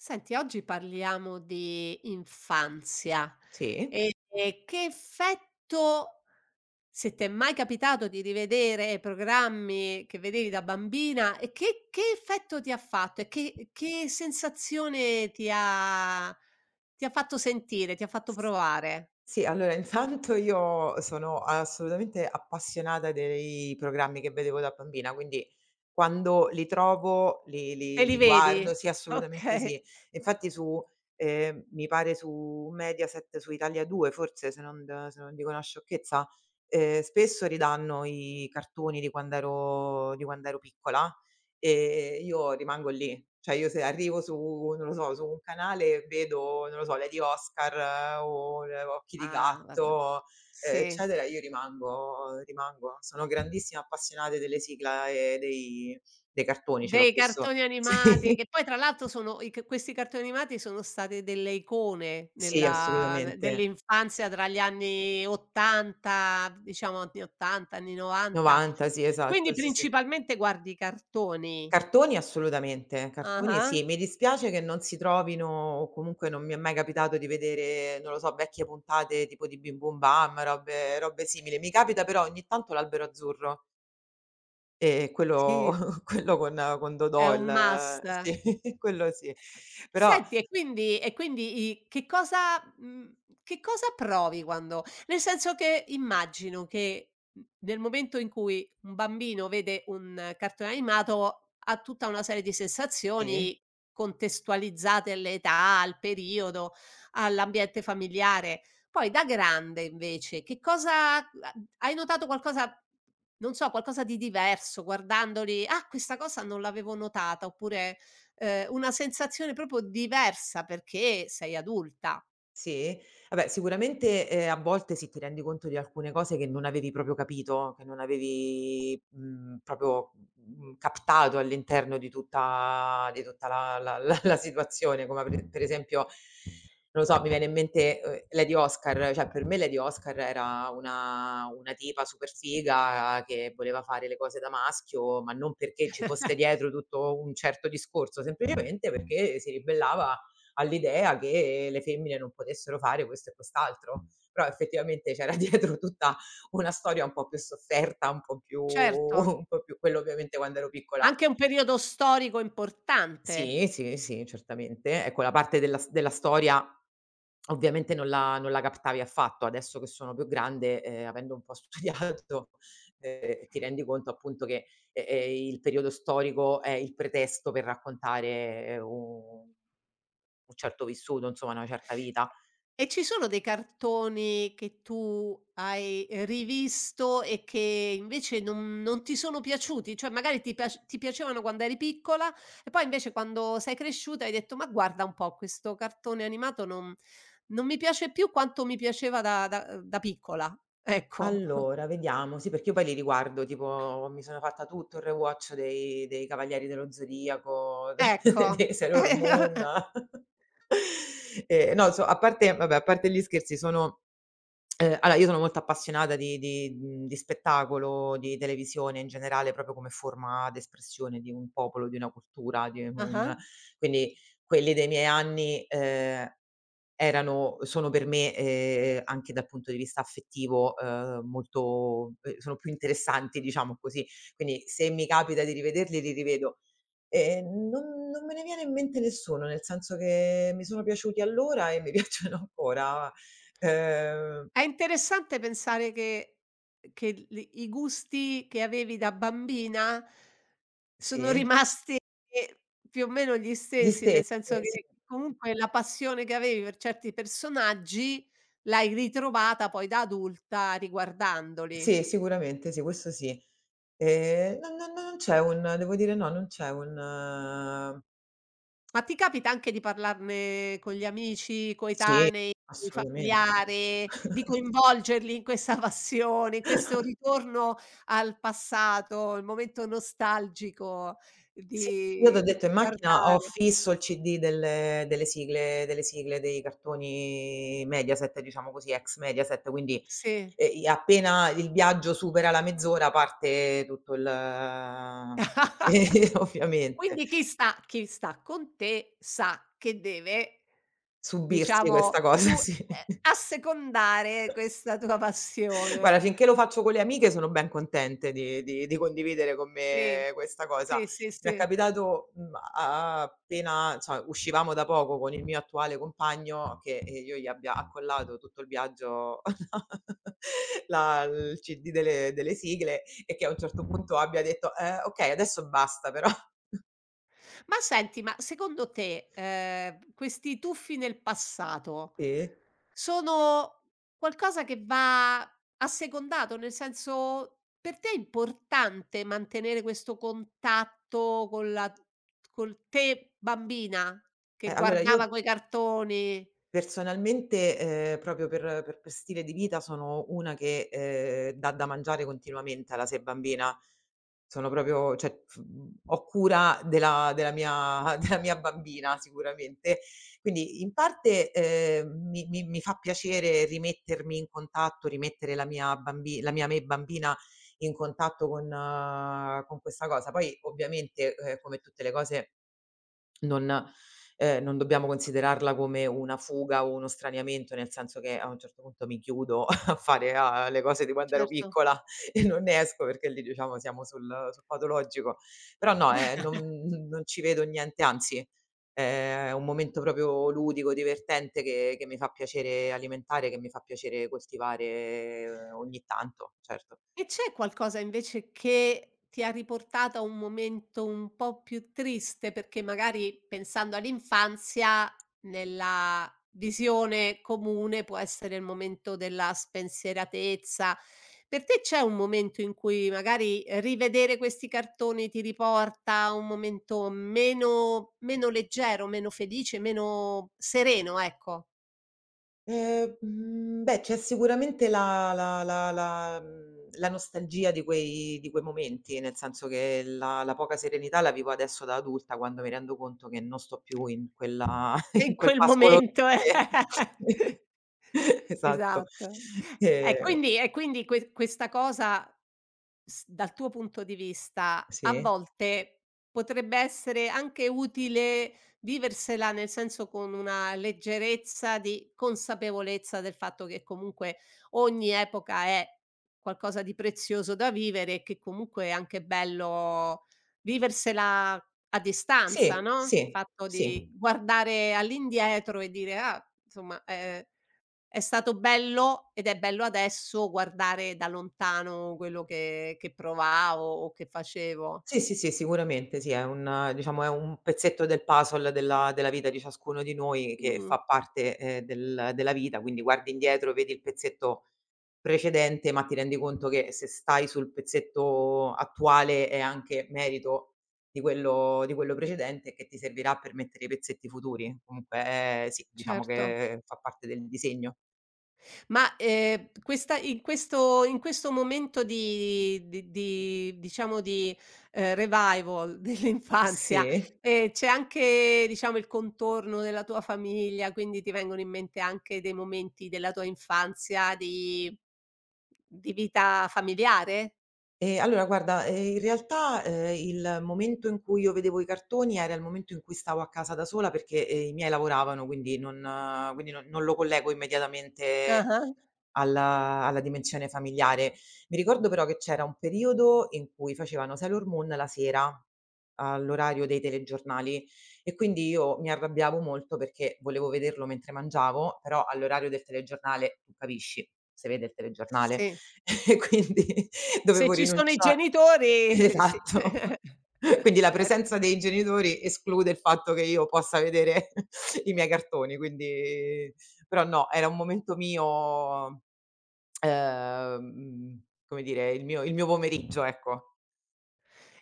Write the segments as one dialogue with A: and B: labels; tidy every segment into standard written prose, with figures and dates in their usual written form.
A: Senti, oggi parliamo di infanzia.
B: Sì.
A: E che effetto, se ti è mai capitato di rivedere programmi che vedevi da bambina, e che effetto ti ha fatto e che sensazione ti ha fatto sentire, ti ha fatto
B: S
A: provare?
B: sì, allora intanto io sono assolutamente appassionata dei programmi che vedevo da bambina, quindi quando li trovo li
A: Te
B: li
A: li
B: li
A: vedi?
B: guardo, sì, assolutamente
A: Okay.
B: sì. Infatti su mi pare su Mediaset, su Italia 2 forse, se non dico una sciocchezza, spesso ridanno i cartoni di quand'ero piccola. Io rimango lì. Cioè io se arrivo su non lo so, su un canale e vedo, non lo so, Lady Oscar o l Occhi di
A: Ah, vabbè.
B: gatto,
A: Sì.
B: eccetera, io rimango. Sono grandissima appassionata delle sigla e dei cartoni, ce l'ho
A: Dei
B: visto
A: cartoni
B: sì,
A: animati, che poi tra l'altro sono i c questi cartoni animati sono state delle icone
B: sì
A: nella ne
B: assolutamente.
A: dell'infanzia tra gli anni '80, diciamo anni '80, anni '90.
B: '90, sì
A: Quindi
B: esatto, sì, sì.
A: principalmente guardi i cartoni.
B: Cartoni assolutamente, cartoni
A: Ah-ah.
B: sì. Mi dispiace che non si trovino o comunque non mi è mai capitato di vedere, non lo so, vecchie puntate tipo di Bim Bum Bam, robe simili. Mi capita però ogni tanto l'Albero Azzurro, quello
A: Sì,
B: quello con
A: è
B: Dodò
A: un
B: il
A: must.
B: sì, quello sì. Però
A: Senti e quindi i che cosa, che cosa provi quando, nel senso che immagino che, nel momento in cui un bambino vede un cartone animato, ha tutta una serie di
B: sì?
A: sensazioni contestualizzate all'età, al periodo, all'ambiente familiare. Poi da grande invece che cosa a hai notato qualcosa, non so, qualcosa di diverso guardandoli: "Ah, questa cosa non l'avevo notata", oppure una sensazione proprio diversa perché sei adulta.
B: Sì? Vabbè sicuramente, a volte sì, ti rendi conto di alcune cose che non avevi proprio capito, che non avevi, proprio, captato all'interno di tutta la la situazione, come pre per esempio, non lo so, mi viene in mente, Lady Oscar, cioè per me Lady Oscar era una tipa super figa che voleva fare le cose da maschio, ma non perché ci fosse dietro tutto un certo discorso, semplicemente perché si ribellava all'idea che le femmine non potessero fare questo e quest'altro. Però effettivamente c'era dietro tutta una storia un po' più sofferta,
A: Certo,
B: un po' più quello ovviamente quando ero piccola
A: anche un periodo storico importante.
B: sì, sì, sì, certamente. Ecco, la parte della storia ovviamente non la captavi affatto. Adesso che sono più grande, avendo un po' studiato, ti rendi conto appunto che, il periodo storico è il pretesto per raccontare, un certo vissuto, insomma una certa vita.
A: E ci sono dei cartoni che tu hai rivisto e che invece non ti sono piaciuti? Cioè magari ti piacevano quando eri piccola e poi invece quando sei cresciuta hai detto: "Ma guarda un po', questo cartone animato non mi piace più quanto mi piaceva da piccola." Ecco.
B: Allora, vediamo. Sì, perché io poi li riguardo, tipo mi sono fatta tutto il rewatch dei Cavalieri dello Zodiaco,
A: Ecco.
B: dei Sailor Moon. No, so A parte vabbè, a parte gli scherzi, sono allora io sono molto appassionata di spettacolo, di televisione in generale, proprio come forma d'espressione di un popolo, di una cultura, di
A: Ah-ah.
B: un quindi quelli dei miei anni, erano sono per me, anche dal punto di vista affettivo, molto sono più interessanti, diciamo così. Quindi se mi capita di rivederli, li rivedo. Non me ne viene in mente nessuno, nel senso che mi sono piaciuti allora e mi piacciono ancora. Ehm
A: È interessante pensare che l i gusti che avevi da bambina sono
B: sì,
A: rimasti più o meno gli
B: gli
A: stessi,
B: stessi,
A: nel senso
B: sì.
A: che comunque la passione che avevi per certi personaggi l'hai ritrovata poi da adulta riguardandoli.
B: Sì, sicuramente sì, questo sì. Non c'è un devo dire no, non c'è un
A: Ma ti capita anche di parlarne con gli amici,
B: sì,
A: coetanei,
B: assolutamente.
A: familiari, di coinvolgerli in questa passione, in questo ritorno al passato, il momento nostalgico
B: Sì, io t'ho
A: di
B: detto in macchina ho
A: guardare
B: fisso il CD delle sigle dei cartoni Mediaset, diciamo così, ex Mediaset, quindi,
A: sì.
B: i appena il viaggio supera la mezz'ora parte tutto il ovviamente,
A: Quindi chi sta con te sa che deve,
B: subirsi questa
A: diciamo,
B: cosa,
A: su
B: sì.
A: assecondare questa tua
B: Guarda,
A: passione.
B: finché lo faccio con le amiche sono ben contente di condividere con
A: Sì.
B: me questa cosa.
A: Sì, sì,
B: Mi è
A: sì.
B: capitato, mhmm, a appena cioè uscivamo da poco con il mio attuale compagno che, io gli abbia accollato tutto il viaggio la il CD delle sigle e che a un certo punto abbia detto: okay, adesso basta però".
A: Ma senti, ma secondo te, questi tuffi nel passato
B: Sì.
A: sono qualcosa che va assecondato? Nel senso, per te è importante mantenere questo contatto con la col te bambina che
B: Allora
A: guardava
B: io
A: quei cartoni?
B: personalmente, proprio per stile di vita sono una che, dà da mangiare continuamente alla 6 bambina. Sono proprio ho cura della mia della mia bambina sicuramente. Quindi in parte, mi fa piacere rimettermi in contatto, rimettere la mia me bambina in contatto con questa cosa. Poi ovviamente, come tutte le cose non non dobbiamo considerarla come una fuga o uno straniamento, nel senso che a un certo punto mi chiudo a le cose di quando ero
A: Certo.
B: piccola e non ne esco perché lì diciamo siamo sul patologico. Però no, non ci vedo niente, anzi, è un momento proprio ludico, divertente che mi fa piacere alimentare, che mi fa piacere coltivare ogni tanto, certo.
A: E c'è qualcosa invece che ti ha riportato a un momento un po' più triste? Perché magari pensando all'infanzia, nella visione comune può essere il momento della spensieratezza. Per te c'è un momento in cui magari rivedere questi cartoni ti riporta a un momento meno leggero, meno felice, meno sereno, ecco?
B: Mhmm, Beh, c'è sicuramente la nostalgia di quei momenti, nel senso che la poca serenità la vivo adesso da adulta, quando mi rendo conto che non sto più in quella in
A: In
B: quel
A: quel
B: pascolo
A: momento, eh.
B: verde. Esatto.
A: Esatto. E
B: Ehm,
A: quindi e quindi que questa cosa, s dal tuo punto di vista, a
B: sì.
A: volte potrebbe essere anche utile viversela, nel senso, con una leggerezza di consapevolezza del fatto che comunque ogni epoca è qualcosa di prezioso da vivere e che comunque è anche bello viversela a distanza,
B: Sì,
A: no, il
B: sì,
A: fatto
B: sì.
A: di guardare all'indietro e dire: "Ah, insomma, È stato bello ed è bello adesso guardare da lontano quello che provavo o che facevo.
B: Sì, sì, sì, sicuramente sì, è un diciamo è un pezzetto del puzzle della vita di ciascuno di noi che
A: Mh,
B: fa parte, della vita, quindi guardi indietro, vedi il pezzetto precedente, ma ti rendi conto che se stai sul pezzetto attuale è anche merito di quello precedente, che ti servirà per mettere i pezzetti futuri. Comunque, sì, diciamo
A: certo.
B: che fa parte del disegno.
A: Ma, questa in questo momento di diciamo di, revival dell'infanzia,
B: Sì.
A: c'è anche, diciamo, il contorno della tua famiglia, quindi ti vengono in mente anche dei momenti della tua infanzia di vita familiare?
B: Allora guarda, in realtà, il momento in cui io vedevo i cartoni era il momento in cui stavo a casa da sola perché, i miei lavoravano, quindi non quindi non lo collego immediatamente
A: Ah-ah.
B: alla dimensione familiare. Mi ricordo però che c'era un periodo in cui facevano Sailor Moon la sera, all'orario dei telegiornali e quindi io mi arrabbiavo molto perché volevo vederlo mentre mangiavo, però all'orario del telegiornale tu capisci, se vede il telegiornale
A: Sì.
B: e quindi
A: Se
B: dovevo
A: ci sono i
B: rinuncia
A: genitori sì.
B: esatto. Quindi la presenza
A: Certo.
B: dei genitori esclude il fatto che io possa vedere i miei cartoni, quindi però no, era un momento mio. Come dire, il mio pomeriggio, ecco.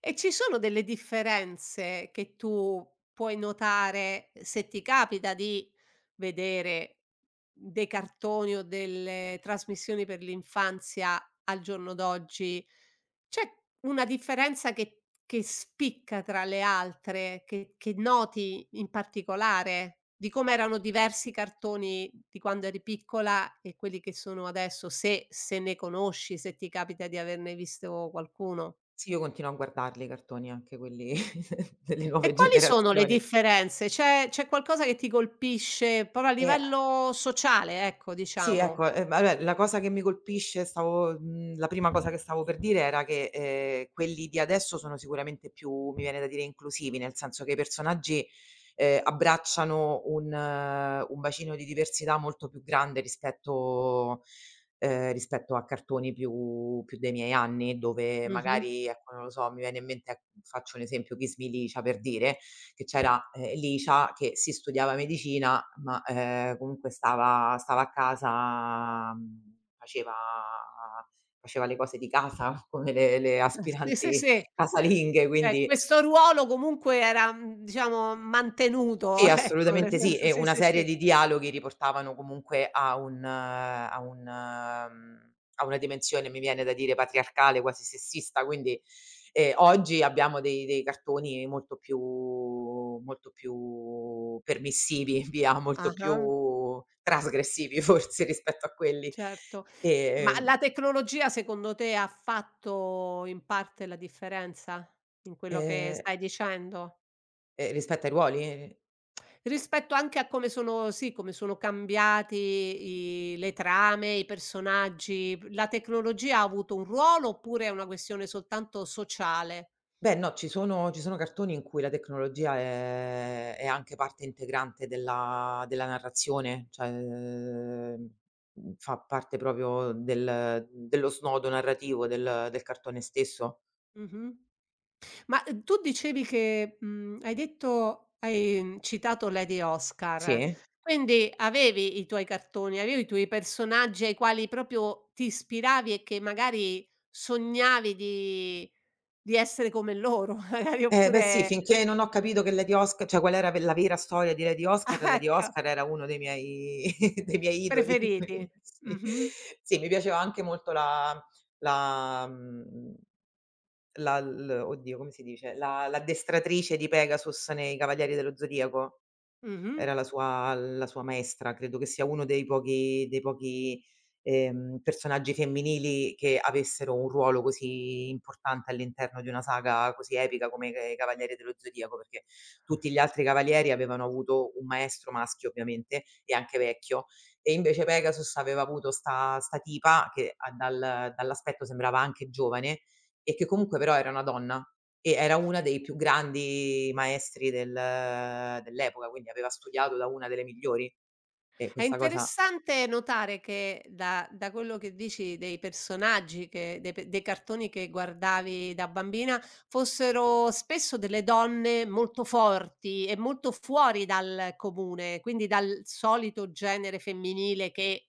A: E ci sono delle differenze che tu puoi notare se ti capita di vedere dei cartoni o delle trasmissioni per l'infanzia al giorno d'oggi? C'è una differenza che spicca tra le altre, che noti in particolare, di come erano diversi i cartoni di quando eri piccola e quelli che sono adesso, se se ne conosci, se ti capita di averne visto qualcuno?
B: Sì, io continuo a guardarli i cartoni, anche quelli delle
A: E
B: nuove
A: quali sono le
B: generazioni.
A: differenze? C'è qualcosa che ti colpisce proprio a
B: E a
A: livello sociale, ecco,
B: Sì,
A: diciamo.
B: ecco, vabbè, la cosa che mi colpisce la prima cosa che stavo per dire era che, quelli di adesso sono sicuramente più, mi viene da dire, inclusivi, nel senso che i personaggi, abbracciano un bacino di diversità molto più grande rispetto rispetto a cartoni più dei miei anni, dove
A: Mh-mh.
B: magari, ecco, non lo so, mi viene in mente, ec faccio un esempio, Kiss Me Licia, per dire che c'era, Licia che sì studiava medicina, ma, comunque stava a casa, faceva faceva le cose di casa come le
A: Sì, sì,
B: aspiranti
A: sì.
B: casalinghe, quindi
A: Questo ruolo comunque era, mhmm, diciamo mantenuto,
B: sì,
A: ecco, nel
B: assolutamente sì,
A: senso
B: e
A: sì,
B: una
A: sì,
B: serie
A: sì.
B: di dialoghi riportavano comunque a un a una dimensione, mi viene da dire, patriarcale, quasi sessista, quindi, oggi abbiamo dei cartoni molto più permissivi, via, molto più
A: Ah-ah,
B: trasgressivi forse rispetto a quelli.
A: certo. Ma
B: Ehm,
A: la tecnologia secondo te ha fatto in parte la differenza in quello che
B: ehm,
A: stai dicendo?
B: Rispetto ai ruoli?
A: Rispetto anche a come sono sì, come sono cambiati i le trame, i personaggi, p la tecnologia ha avuto un ruolo oppure è una questione soltanto sociale?
B: Beh no, ci sono cartoni in cui la tecnologia è anche parte integrante della narrazione, cioè, fa parte proprio dello snodo narrativo del cartone stesso.
A: Mh-mh. Ma, tu dicevi che, hai, citato Lady Oscar,
B: Sì?
A: quindi avevi i tuoi cartoni, avevi i tuoi personaggi ai quali proprio ti ispiravi e che magari sognavi di essere come loro, magari
B: Eh beh sì,
A: oppure
B: finché non ho capito che Lady Oscar cioè qual era ve la vera storia di Lady Oscar, Lady
A: ecco.
B: Oscar era uno dei miei dei miei idoli.
A: Preferiti.
B: Sì.
A: Mh-mh.
B: Sì, mi piaceva anche molto la mhmm La l oddio come si dice, la l'addestratrice di Pegasus nei Cavalieri dello Zodiaco.
A: Mh-mh.
B: Era la sua maestra, credo che sia uno dei pochi, personaggi femminili che avessero un ruolo così importante all'interno di una saga così epica come i Cavalieri dello Zodiaco, perché tutti gli altri cavalieri avevano avuto un maestro maschio ovviamente, e anche vecchio, e invece Pegasus aveva avuto 'sta tipa che a dal dall'aspetto sembrava anche giovane e che comunque però era una donna. E era una dei più grandi maestri dell'epoca, quindi aveva studiato da una delle migliori e
A: È
B: questa cosa
A: interessante notare che da quello che dici dei personaggi che dei pe dei cartoni che guardavi da bambina, fossero spesso delle donne molto forti e molto fuori dal comune, quindi dal solito genere femminile che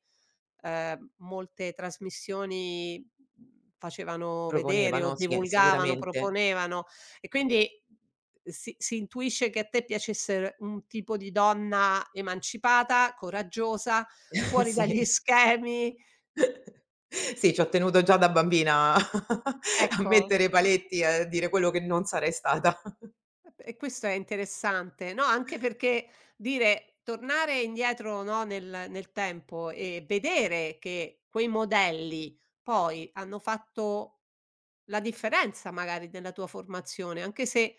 A: molte trasmissioni, mhmm, facevano vedere o
B: proponevano, sì,
A: divulgavano,
B: sicuramente.
A: proponevano, e quindi si intuisce che a te piacesse un tipo di donna emancipata, coraggiosa, fuori
B: Sì,
A: dagli schemi,
B: sì, ci ho tenuto già da bambina a
A: ecco.
B: mettere i paletti e a dire quello che non sarei stata.
A: E questo è interessante, no, anche perché dire tornare indietro, no, nel tempo e vedere che quei modelli poi hanno fatto la differenza magari della tua formazione, anche se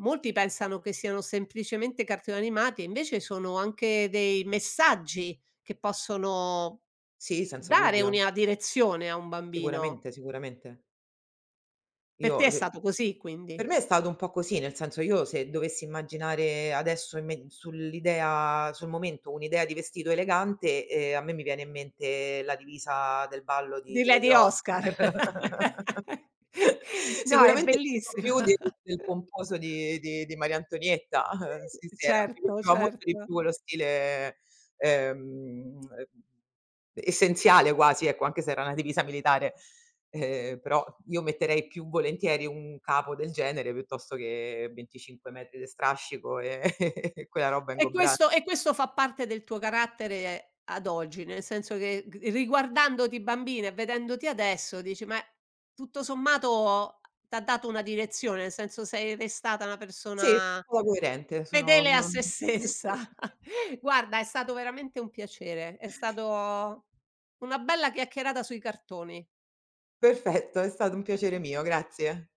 A: molti pensano che siano semplicemente cartoni animati, invece sono anche dei messaggi che possono
B: Sì, senza
A: dare
B: dubbio,
A: una direzione a un bambino.
B: sicuramente, sicuramente.
A: Per
B: Io
A: te è
B: ri
A: stato così
B: Per
A: quindi?
B: me è stato un po' così, nel senso io se dovessi immaginare adesso imme sull'idea sul momento un'idea di vestito elegante, a me mi viene in mente la divisa del ballo
A: Di
B: di Lady
A: Lady
B: Oscar.
A: Oscar. No, è
B: Sicuramente molto
A: bellissima.
B: più del del pomposo di Maria Antonietta. Sì, sì, era mi
A: Certo,
B: piaceva molto di
A: certo.
B: più quello stile, ehm, eh, essenziale quasi, ecco, anche se era una divisa militare. Però io metterei più volentieri un capo del genere piuttosto che 25 metri de strascico e quella roba
A: E
B: ingombrante.
A: questo e questo fa parte del tuo carattere ad oggi, nel senso che g riguardandoti bambina e vedendoti adesso dici: "Ma tutto sommato t'ha dato una direzione", nel senso sei restata una
B: Sì,
A: persona
B: sono coerente, sono
A: fedele a
B: non
A: sé
B: sì, sì,
A: stessa. Guarda, è stato veramente un piacere, è stato una bella chiacchierata sui cartoni.
B: perfetto, è stato un piacere mio, grazie.